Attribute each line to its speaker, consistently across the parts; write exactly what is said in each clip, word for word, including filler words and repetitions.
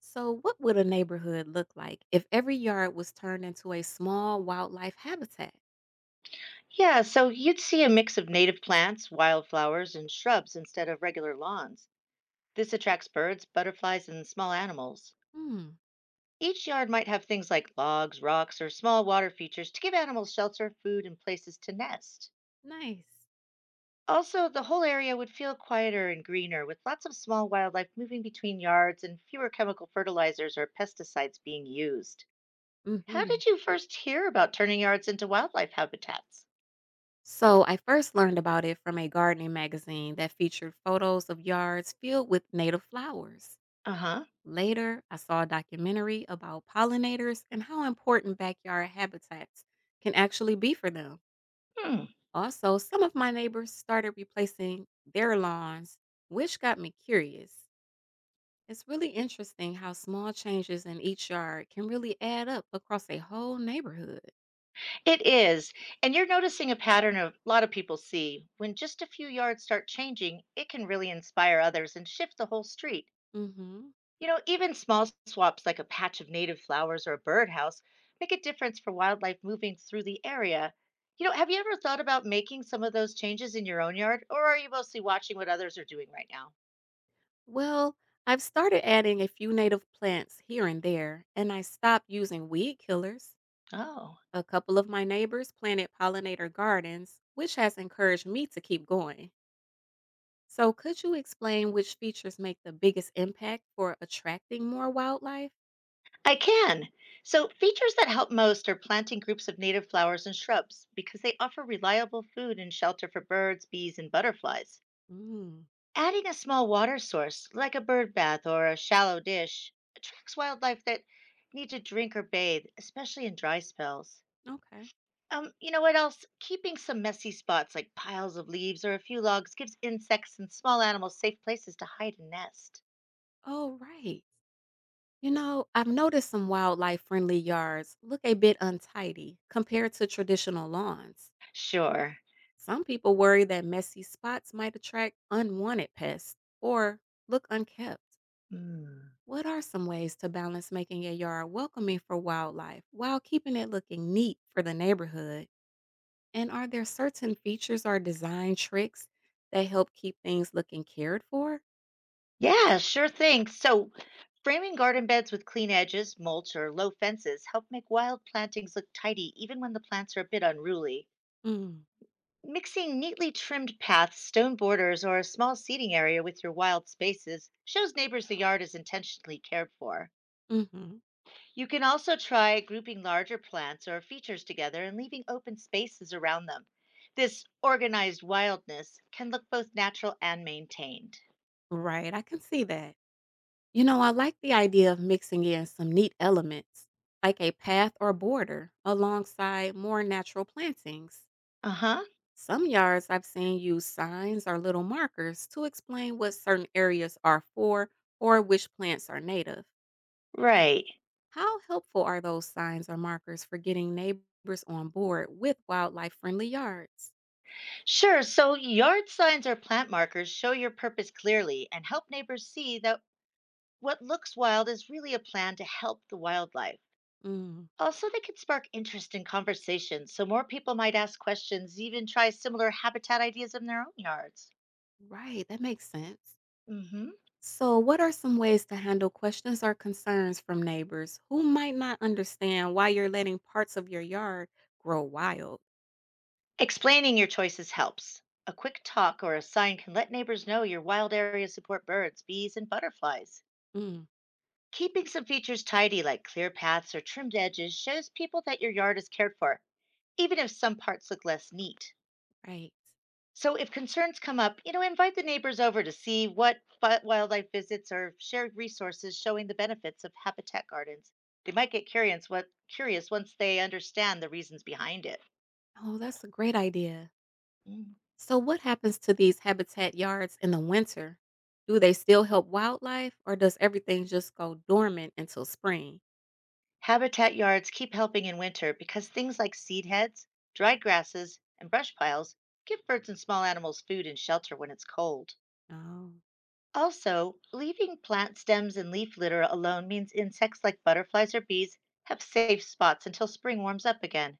Speaker 1: So, what would a neighborhood look like if every yard was turned into a small wildlife habitat?
Speaker 2: Yeah, so you'd see a mix of native plants, wildflowers, and shrubs instead of regular lawns. This attracts birds, butterflies, and small animals.
Speaker 1: Hmm,
Speaker 2: Each yard might have things like logs, rocks, or small water features to give animals shelter, food, and places to nest.
Speaker 1: nice.
Speaker 2: Also, the whole area would feel quieter and greener with lots of small wildlife moving between yards and fewer chemical fertilizers or pesticides being used. How
Speaker 1: Hmm.
Speaker 2: did you first hear about turning yards into wildlife habitats?
Speaker 1: So, I first learned about it from a gardening magazine that featured photos of yards filled with native flowers.
Speaker 2: Uh huh.
Speaker 1: Later, I saw a documentary about pollinators and how important backyard habitats can actually be for them.
Speaker 2: Hmm.
Speaker 1: Also, some of my neighbors started replacing their lawns, which got me curious. It's really interesting how small changes in each yard can really add up across a whole neighborhood.
Speaker 2: It is. And you're noticing a pattern a lot of people see. When just a few yards start changing, it can really inspire others and shift the whole street.
Speaker 1: Hmm.
Speaker 2: You know, even small swaps like a patch of native flowers or a birdhouse make a difference for wildlife moving through the area. You know, have you ever thought about making some of those changes in your own yard, or are you mostly watching what others are doing right now?
Speaker 1: Well, I've started adding a few native plants here and there, and I stopped using weed killers.
Speaker 2: Oh.
Speaker 1: A couple of my neighbors planted pollinator gardens, which has encouraged me to keep going. So, could you explain which features make the biggest impact for attracting more wildlife?
Speaker 2: I can. So, features that help most are planting groups of native flowers and shrubs because they offer reliable food and shelter for birds, bees, and butterflies.
Speaker 1: Mm.
Speaker 2: Adding a small water source, like a bird bath or a shallow dish, attracts wildlife that need to drink or bathe, especially in dry spells.
Speaker 1: Okay.
Speaker 2: Um, you know what else? Keeping some messy spots like piles of leaves or a few logs gives insects and small animals safe places to hide and nest.
Speaker 1: Oh, right. You know, I've noticed some wildlife friendly yards look a bit untidy compared to traditional lawns.
Speaker 2: Sure.
Speaker 1: Some people worry that messy spots might attract unwanted pests or look unkept.
Speaker 2: Mm.
Speaker 1: What are some ways to balance making a yard welcoming for wildlife while keeping it looking neat for the neighborhood? And are there certain features or design tricks that help keep things looking cared for?
Speaker 2: Yeah, sure thing. So, framing garden beds with clean edges, mulch, or low fences help make wild plantings look tidy even when the plants are a bit unruly.
Speaker 1: Mm.
Speaker 2: Mixing neatly trimmed paths, stone borders, or a small seating area with your wild spaces shows neighbors the yard is intentionally cared for.
Speaker 1: Hmm.
Speaker 2: You can also try grouping larger plants or features together and leaving open spaces around them. This organized wildness can look both natural and maintained.
Speaker 1: Right, I can see that. You know, I like the idea of mixing in some neat elements, like a path or border, alongside more natural plantings.
Speaker 2: Uh huh.
Speaker 1: Some yards I've seen use signs or little markers to explain what certain areas are for or which plants are native.
Speaker 2: Right.
Speaker 1: How helpful are those signs or markers for getting neighbors on board with wildlife friendly yards?
Speaker 2: Sure. So yard signs or plant markers show your purpose clearly and help neighbors see that what looks wild is really a plan to help the wildlife.
Speaker 1: Mm.
Speaker 2: Also, they can spark interest in conversations, so more people might ask questions, even try similar habitat ideas in their own yards.
Speaker 1: Right, that makes sense.
Speaker 2: Hmm.
Speaker 1: So, what are some ways to handle questions or concerns from neighbors who might not understand why you're letting parts of your yard grow wild?
Speaker 2: Explaining your choices helps. A quick talk or a sign can let neighbors know your wild areas support birds, bees, and butterflies.
Speaker 1: Mm.
Speaker 2: Keeping some features tidy, like clear paths or trimmed edges, shows people that your yard is cared for even if some parts look less neat.
Speaker 1: Right.
Speaker 2: So if concerns come up, you know, invite the neighbors over to see what fi- wildlife visits or share resources showing the benefits of habitat gardens. They might get curious what curious once they understand the reasons behind it.
Speaker 1: Oh, that's a great idea.
Speaker 2: Mm.
Speaker 1: So, what happens to these habitat yards in the winter? Do they still help wildlife or does everything just go dormant until spring?
Speaker 2: Habitat yards keep helping in winter because things like seed heads, dried grasses, and brush piles give birds and small animals food and shelter when it's cold.
Speaker 1: Oh.
Speaker 2: Also, leaving plant stems and leaf litter alone means insects like butterflies or bees have safe spots until spring warms up again.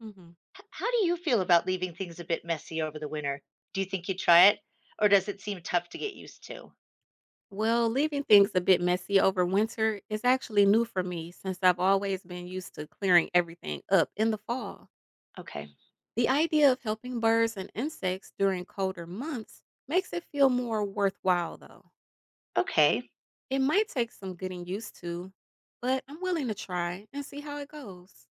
Speaker 1: Hmm.
Speaker 2: H- how do you feel about leaving things a bit messy over the winter? Do you think you'd try it, or does it seem tough to get used to?
Speaker 1: Well, leaving things a bit messy over winter is actually new for me since I've always been used to clearing everything up in the fall.
Speaker 2: Okay,
Speaker 1: The idea of helping birds and insects during colder months makes it feel more worthwhile, though.
Speaker 2: okay,
Speaker 1: It might take some getting used to, but I'm willing to try and see how it goes.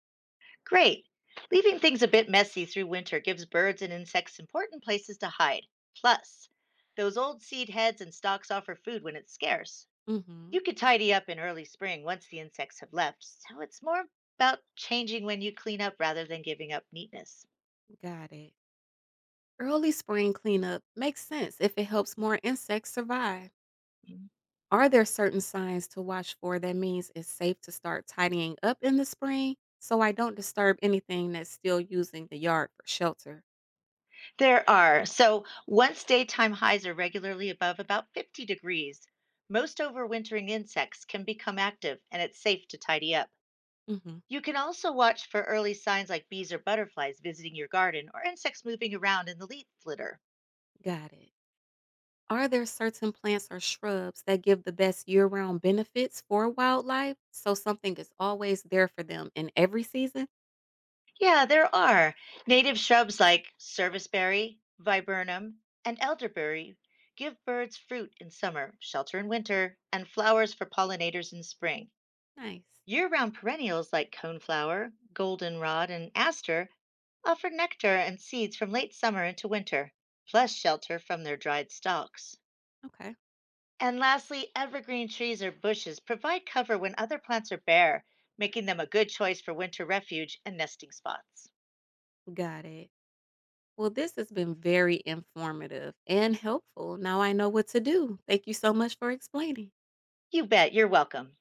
Speaker 2: great. Leaving things a bit messy through winter gives birds and insects important places to hide. Plus, those old seed heads and stalks offer food when it's scarce. You
Speaker 1: Hmm.
Speaker 2: could tidy up in early spring once the insects have left, so it's more about changing when you clean up rather than giving up neatness.
Speaker 1: Got it. Early spring cleanup makes sense if it helps more insects survive.
Speaker 2: Mm.
Speaker 1: Are there certain signs to watch for that means it's safe to start tidying up in the spring so I don't disturb anything that's still using the yard for shelter?
Speaker 2: There are. So once daytime highs are regularly above about fifty degrees, most overwintering insects can become active and it's safe to tidy up.
Speaker 1: Hmm.
Speaker 2: You can also watch for early signs like bees or butterflies visiting your garden or insects moving around in the leaf litter.
Speaker 1: Got it. Are there certain plants or shrubs that give the best year round benefits for wildlife? So something is always there for them in every season?
Speaker 2: Yeah, there are. Native shrubs like serviceberry, viburnum, and elderberry give birds fruit in summer, shelter in winter, and flowers for pollinators in spring.
Speaker 1: Nice.
Speaker 2: Year round perennials like coneflower, goldenrod, and aster offer nectar and seeds from late summer into winter, plus shelter from their dried stalks.
Speaker 1: Okay,
Speaker 2: And lastly, evergreen trees or bushes provide cover when other plants are bare, making them a good choice for winter refuge and nesting spots.
Speaker 1: got it. Well, this has been very informative and helpful. Now I know what to do. Thank you so much for explaining.
Speaker 2: You bet, you're welcome.